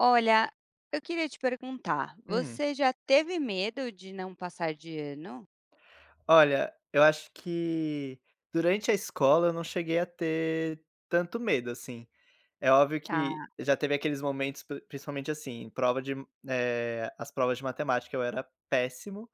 Olha, eu queria te perguntar, Hum. você já teve medo de não passar de ano? Olha, eu acho que durante a escola eu não cheguei a ter tanto medo, assim. É óbvio que Tá. já teve aqueles momentos, principalmente assim, as provas de matemática eu era péssimo.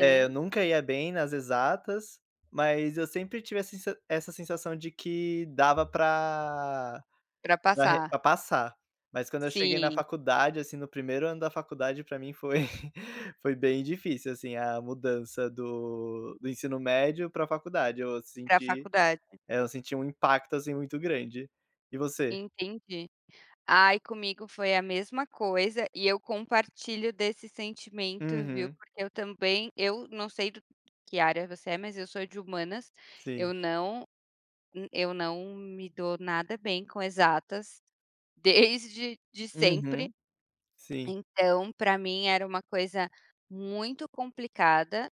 Eu nunca ia bem nas exatas, mas eu sempre tive a sensa essa sensação de que dava pra Pra Pra re passar. pra passar. Mas quando eu cheguei na Sim, faculdade, assim, no primeiro ano da faculdade, pra mim foi foi bem difícil, assim, a mudança do ensino médio pra faculdade. Eu para senti faculdade. é, eu senti um impacto, assim, muito grande. E você? Entendi. Ai, comigo foi a mesma coisa e eu compartilho desse sentimento, viu, Uhum. porque eu também, eu não sei do que área você é, mas eu sou de humanas, Sim. eu não eu não me dou nada bem com exatas desde de sempre. Uhum. Sim. Então, para mim era uma coisa muito complicada,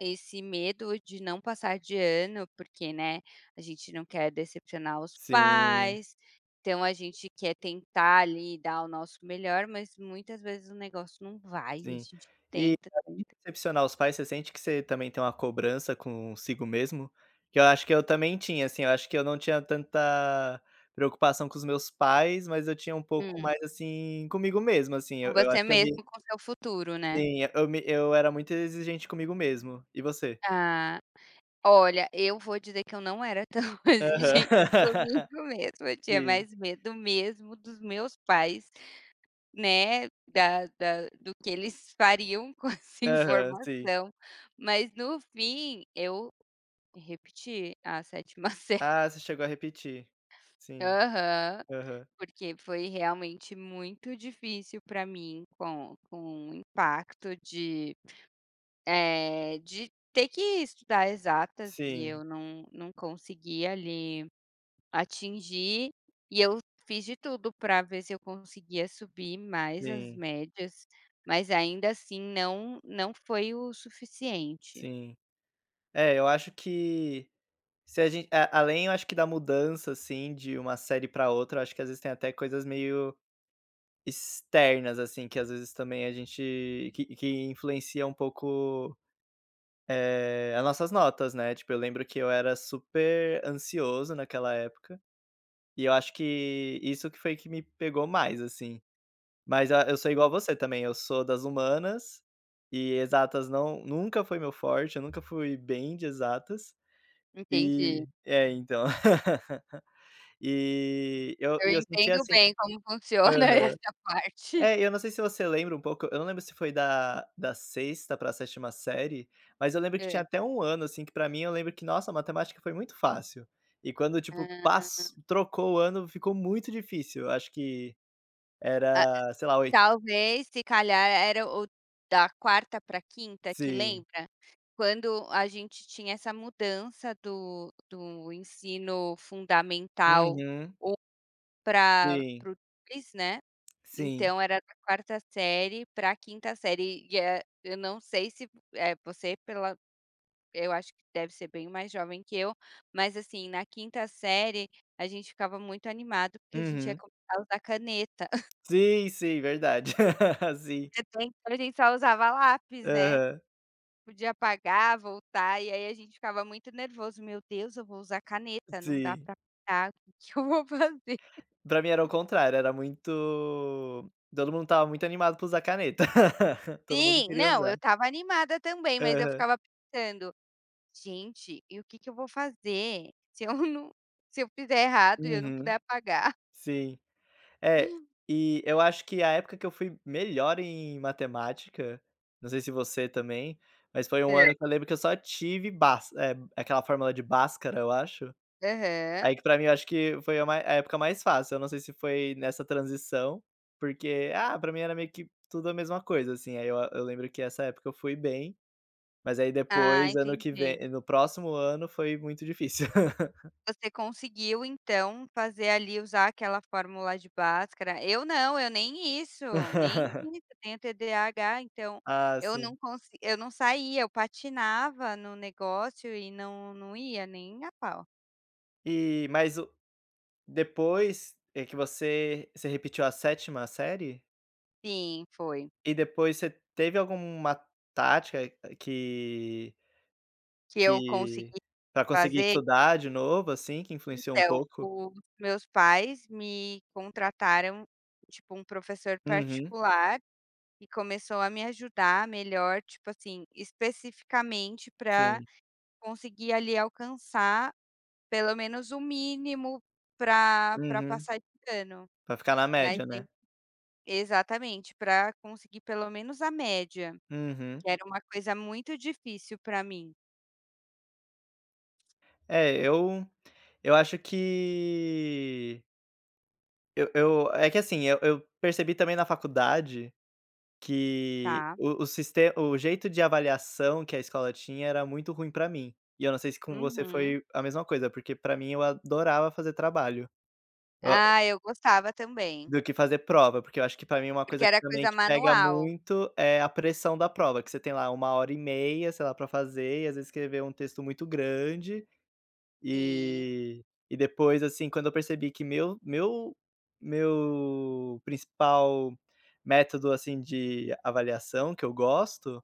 esse medo de não passar de ano, porque, né, a gente não quer decepcionar os Sim. pais, então a gente quer tentar ali dar o nosso melhor, mas muitas vezes o negócio não vai, a Sim. gente E tenta, além de tenta. decepcionar os pais, você sente que você também tem uma cobrança consigo mesmo? Que eu acho que eu também tinha, assim, eu acho que eu não tinha tanta preocupação com os meus pais, mas eu tinha um pouco Hum, mais, assim, comigo mesmo, assim, com eu acho você que eu me mesmo, com seu futuro, né? sim, eu era muito exigente comigo mesmo. E você? Ah, olha, eu vou dizer que eu não era tão exigente Aham. comigo mesma, eu tinha Sim. mais medo mesmo dos meus pais, né, da da do que eles fariam com essa Aham, sim. informação, mas no fim eu repeti a sétima série. Ah, você chegou a repetir. Sim. Aham, Aham. porque foi realmente muito difícil para mim, com o impacto de, de ter que estudar exatas e Sim, eu não conseguia ali atingir, e eu fiz de tudo para ver se eu conseguia subir mais as sim, médias, mas ainda assim não foi o suficiente. sim. É, eu acho que se a gente a além, eu acho que da mudança, assim, de uma série pra outra, eu acho que às vezes tem até coisas meio externas, assim, que às vezes também a gente que influencia um pouco, as nossas notas, né. Tipo, eu lembro que eu era super ansioso naquela época, e eu acho que isso que foi que me pegou mais, assim. Mas a eu sou igual a você também, eu sou das humanas, e exatas nunca foi meu forte, eu nunca fui bem de exatas, Entendi. Então. E eu Eu e eu senti entendo assim. bem como funciona Aham. essa parte. É, eu não sei se você lembra um pouco, eu não lembro se foi da sexta ª pra sétima série, mas eu lembro que tinha Hã. até um ano, assim, que pra mim eu lembro que, nossa, a matemática foi muito fácil. E quando, tipo, Hã. pass trocou o ano, ficou muito difícil. Eu acho que Ah, era, sei lá, oito. talvez, se calhar, era o da quarta para quinta, que Sim. lembra? Quando a gente tinha essa mudança do ensino fundamental Uhum. 1 pra Sim. para o 2, né? Sim. Então era da quarta série para a quinta série e, eu não sei se, você pela eu acho que deve ser bem mais jovem que eu, mas assim, na quinta série a gente ficava muito animado, porque a gente ia Uhum. começar a usar caneta. Sim, sim, verdade. Sim. Até então a gente só usava lápis, né, Aham. podia apagar, voltar, e aí a gente ficava muito nervoso: "Meu Deus, eu vou usar caneta, não dá Sim. para apagar, o que que eu vou fazer?". Pra mim era o contrário, era muito todo mundo estava muito animado pra usar caneta. Todo mundo Sim, queria não, usar. eu tava animada também, mas eu Aham. ficava pensando: gente, e o que que eu vou fazer se eu fizer errado e eu não puder Uhum. apagar? Sim. É, e eu acho que a época que eu fui melhor em matemática, não sei se você também, mas foi um Hã, ano que eu lembro que eu só tive Bhask é aquela fórmula de Bhaskara, eu acho. aham. Aí que pra mim eu acho que foi a época mais fácil, eu não sei se foi nessa transição, porque, pra mim era meio que tudo a mesma coisa, assim, aí eu lembro que essa época eu fui bem. Mas aí Ah, depois, ano que entendi. vem no próximo ano foi muito difícil. Você conseguiu então fazer ali, usar aquela fórmula de Bhaskara. Eu não, eu nem isso, nem isso, eu tenho TDAH, então Ah, sim. Eu não saía, eu patinava no negócio e não ia nem a pau. E mas o Depois, é que você repetiu a sétima série, Sim, foi. e depois você teve alguma tática, que Que eu que consegui para conseguir fazer. estudar de novo, assim, que influenciou um Então, pouco? os meus pais me contrataram, tipo, um professor Uhum, particular e começou a me ajudar melhor, tipo assim, especificamente para sim. conseguir ali alcançar pelo menos o mínimo para Uhum. passar de ano. Pra ficar na Mas média, tem, né. exatamente, para conseguir pelo menos a média, Uhum. que era uma coisa muito difícil para mim, É, eu acho que eu é que assim, eu percebi também na faculdade que tá. o jeito de avaliação que a escola tinha era muito ruim pra mim. E eu não sei se com você Uhum. foi a mesma coisa, porque pra mim eu adorava fazer trabalho, hã, Ah, eu gostava também, do que fazer prova, porque eu acho que pra mim uma porque coisa que era também coisa que pega manual. muito é a pressão da prova, que você tem lá uma hora e meia, sei lá, pra fazer e às vezes escrever um texto muito grande Sim. e e depois, assim, quando eu percebi que meu principal método, assim, de avaliação que eu gosto,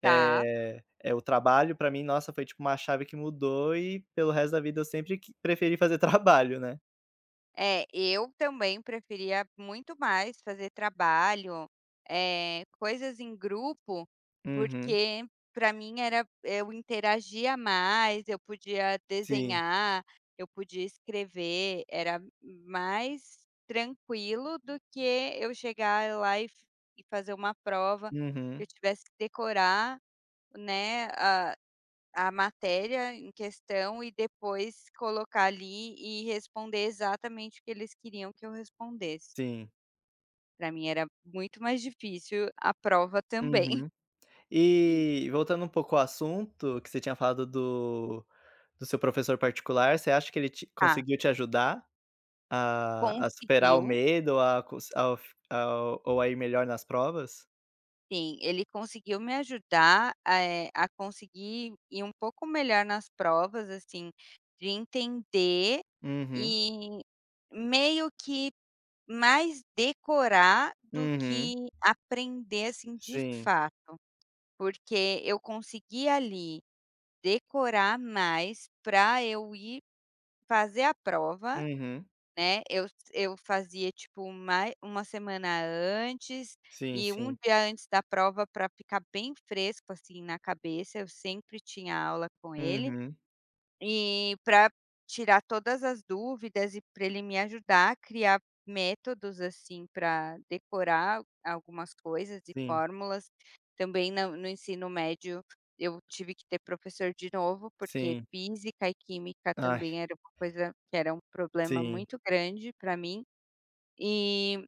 Tá. é o trabalho, pra mim, nossa, foi tipo uma chave que mudou e pelo resto da vida eu sempre que preferi fazer trabalho, né. É, eu também preferia muito mais fazer trabalho, coisas em grupo, Uhum. porque para mim era, eu interagia mais, eu podia Sim. desenhar, eu podia escrever, era mais tranquilo do que eu chegar lá e fazer uma prova que Uhum. eu tivesse que decorar, né, a matéria em questão e depois colocar ali e responder exatamente o que eles queriam que eu respondesse. Sim. Para mim era muito mais difícil a prova também. Uhum. E voltando um pouco ao assunto que você tinha falado do seu professor particular, você acha que ele te Ah, conseguiu te ajudar? A superar o conseguiu, medo, a cons ao f ao ou a ir melhor nas provas? sim, ele conseguiu me ajudar, a conseguir ir um pouco melhor nas provas, assim, de entender Uhum, e meio que mais decorar do uhum, que aprender, assim, de sim, fato. Porque eu consegui ali decorar mais para eu ir fazer a prova, uhum, né, eu fazia tipo mai uma semana antes sim, e um sim, dia antes da prova, para ficar bem fresco, assim, na cabeça, eu sempre tinha aula com ele. uhum, E para tirar todas as dúvidas e para ele me ajudar a criar métodos, assim, para decorar algumas coisas e sim, fórmulas. Também na no ensino médio eu tive que ter professor de novo, porque sim, física e química ai, também era uma coisa que era um problema sim, muito grande para mim, e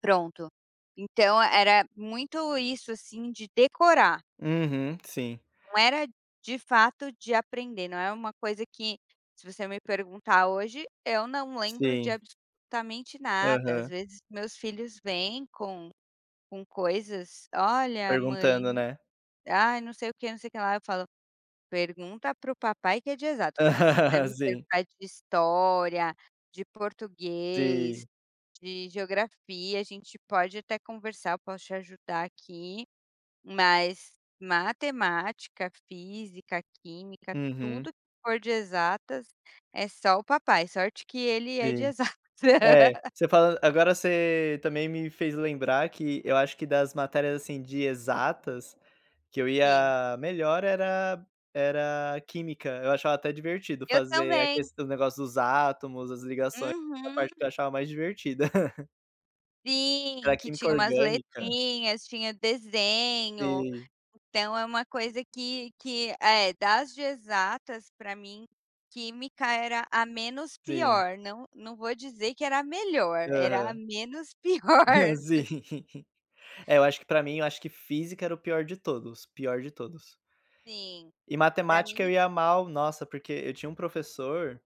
pronto. Então era muito isso, assim, de decorar. uhum, sim, Não era de fato de aprender, não é uma coisa que, se você me perguntar hoje, eu não lembro de sim, absolutamente nada. Às aham, vezes meus filhos vêm com coisas: "Olha, mãe, perguntando, né? ai, não sei o que, não sei o que lá", eu falo: "Pergunta para o papai, que é de exatas, se você quiser me Sim, perguntar de história, de português, sim, de geografia, a gente pode até conversar, eu posso te ajudar aqui". Mas matemática, física, química, uhum, tudo que for de exatas, é só o papai, sorte que ele é de sim. exatas. É, você falando agora você também me fez lembrar que eu acho que das matérias, assim, de exatas, que eu Sim, ia melhor era química. Eu achava até divertido eu fazer a também. ques o negócio dos átomos, as ligações, a Uhum. parte que eu achava mais divertida. Sim, Era que química tinha umas orgânica. letrinhas, tinha desenho, Sim, então é uma coisa que é, das de exatas, para mim, química era a menos sim. pior, não vou dizer que era a melhor, era a Aham. menos pior. Sim. É, eu acho que pra mim, eu acho que física era o pior de todos, pior de todos. Sim, E para matemática eu mim ia mal, nossa, porque eu tinha um professor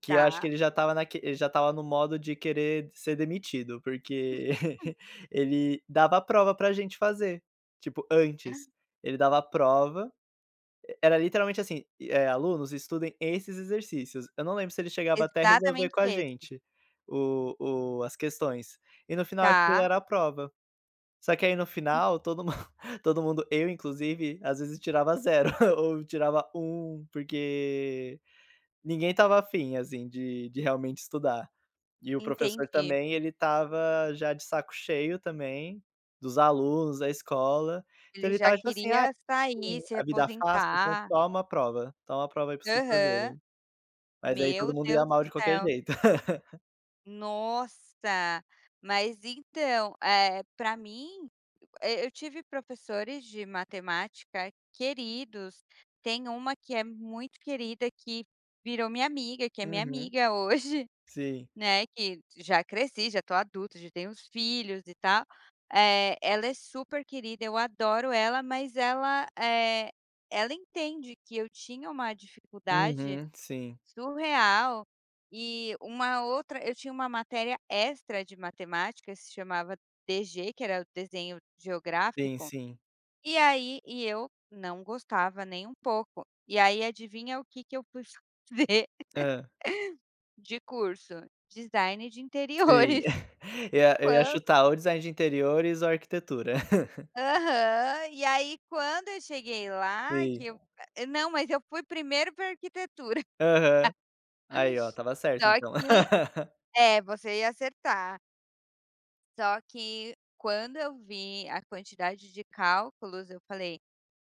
que eu acho que tá. ele já estava no modo de querer ser demitido, porque ele dava a prova pra gente fazer, tipo, antes. Ele dava a prova, era literalmente assim, "Alunos, estudem esses exercícios". Eu não lembro se ele chegava até resolver Exatamente com a esses, gente o o as questões. E no final aquilo tá, era a prova. Só que aí no final todo mun todo mundo, eu inclusive, às vezes tirava zero ou tirava um porque ninguém estava afim, assim, de realmente estudar. E o professor entendi. também, ele estava já de saco cheio também, dos alunos, da escola. Então Ele ele já estava tipo assim: "Ai, queria sair, se a vida é fácil, então aposentar. Toma a prova aí pra vocês Aham. fazerem". Mas aí Meu todo mundo ia Deus mal do de qualquer céu. jeito. Nossa, mas então, para mim, e eu tive professores de matemática queridos, tem uma que é muito querida, que virou minha amiga, que é minha Uhum, amiga hoje. sim. Né, que já cresci, já tô adulta, já tenho os filhos e tal, ela é super querida, eu adoro ela, mas ela, ela entende que eu tinha uma dificuldade Uhum, sim. surreal. E uma outra, eu tinha uma matéria extra de matemática, se chamava DG, que era o desenho Sim, geográfico, sim. e aí, eu não gostava nem um pouco. E aí adivinha o que que eu fui fazer Hã. de curso? Design de Sim. interiores. Eu ia chutar ou design de interiores ou arquitetura. Aham. E aí quando eu cheguei lá, Sim. Não, mas eu fui primeiro para arquitetura. Aham. Aí ó, tava certo Só então. que é, você ia acertar. Só que quando eu vi a quantidade de cálculos, eu falei: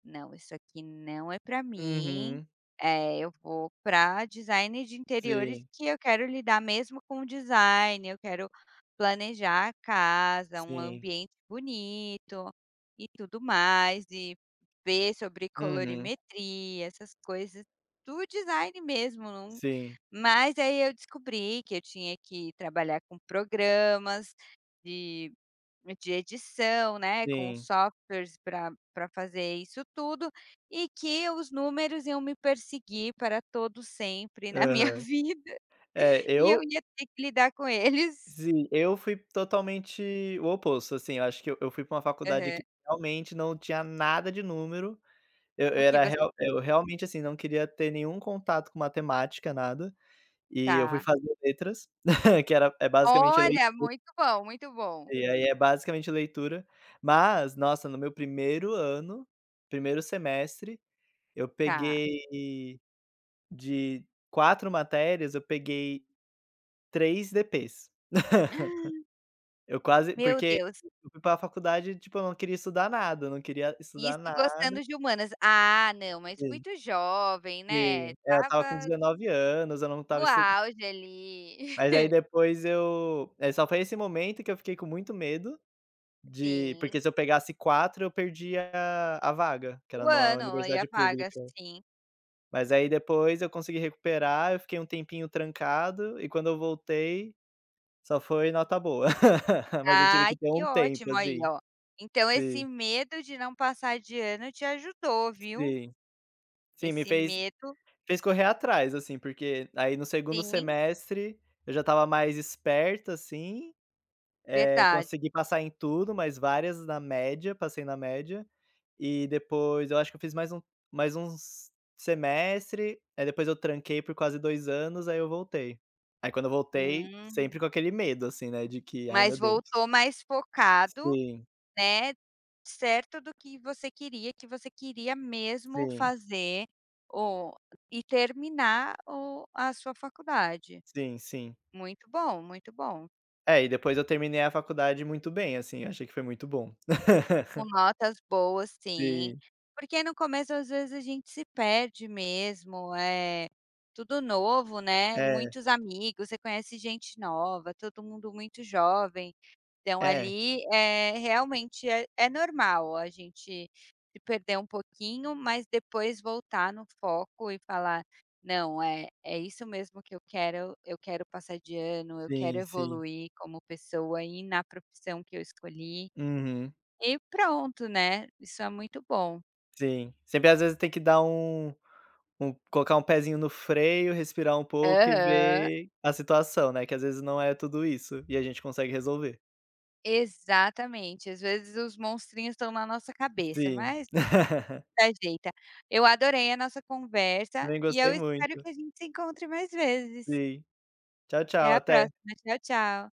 "Não, isso aqui não é para mim, Uhum. Eu vou para design de interiores, Sim, que eu quero lidar mesmo com o design, eu quero planejar a casa, um sim. ambiente bonito e tudo mais, e ver sobre Uhum. colorimetria, essas coisas do design mesmo, não". Sim, Mas aí eu descobri que eu tinha que trabalhar com programas de de edição, né, com sim. softwares para fazer isso tudo, e que os números iam me perseguir para todo sempre na minha Aham. vida, É, e eu eu ia ter que lidar com eles. sim, eu fui totalmente o oposto, assim, eu acho que eu fui pra uma faculdade Aham. que realmente não tinha nada de número, eu eu O que era você real fez? eu realmente, assim, não queria ter nenhum contato com matemática, nada, e eu fui Tá. fazer letras, que era é basicamente lei Olha, muito bom, muito bom. e aí é basicamente leitura, mas, nossa, no meu primeiro ano, primeiro semestre, eu Tá. peguei De 4 matérias, eu peguei 3 DPs. Eu quase, Meu porque Deus, eu fui pra faculdade, tipo, eu não queria estudar nada, eu não queria estudar isso nada. gostando de humanas. Ah, não, mas Sim, muito jovem, né, sim. É, eu tava com tava 19 anos, eu não no tava estu auge ali. mas aí depois eu é só foi esse momento que eu fiquei com muito medo, de Sim. porque se eu pegasse 4 eu perdia a vaga, que O era numa ano e a universidade vaga, pública. sim. Mas aí depois eu consegui recuperar, eu fiquei um tempinho trancado e quando eu voltei só foi nota boa, mas eu tive Ai, que ter que um tempo, ótimo, aí, assim. ó. Então esse Sim, medo de não passar de ano te ajudou, viu. sim. Sim, me Esse fez medo, fez correr atrás, assim, porque aí no segundo sim, semestre eu já estava mais esperta, assim, verdade. consegui passar em tudo, mas várias na média, passei na média. E depois eu acho que eu fiz mais uns semestre, aí depois eu tranquei por quase 2 anos, aí eu voltei. Aí quando eu voltei, Hum, sempre com aquele medo, assim, né, de que: "Ai, meu mas Deus". voltou mais focado, Sim, né, certo do que você queria mesmo sim, fazer o e terminar o a sua faculdade. sim, sim. Muito bom, muito bom. É, e depois eu terminei a faculdade muito bem, assim, achei que foi muito bom. Com notas boas sim, Sim, porque no começo às vezes a gente se perde mesmo, é tudo novo, né, é, muitos amigos, você conhece gente nova, todo mundo muito jovem, então é, ali, é realmente é normal a gente se perder um pouquinho, mas depois voltar no foco e falar: "Não, é isso mesmo que eu quero passar de ano, eu quero sim, sim. evoluir como pessoa e na profissão que eu escolhi". Uhum, E pronto, né, isso é muito bom. sim. Sempre às vezes tem que dar um um colocar um pezinho no freio, respirar um pouco e Aham. ver a situação, né, que às vezes não é tudo isso, e a gente consegue resolver. Exatamente, às vezes os monstrinhos estão na nossa cabeça, Sim. mas dá jeito. Eu adorei a nossa conversa Também e eu gostei espero muito. que a gente se encontre mais vezes. Sim. Tchau, tchau, Até a até. próxima, tchau, tchau.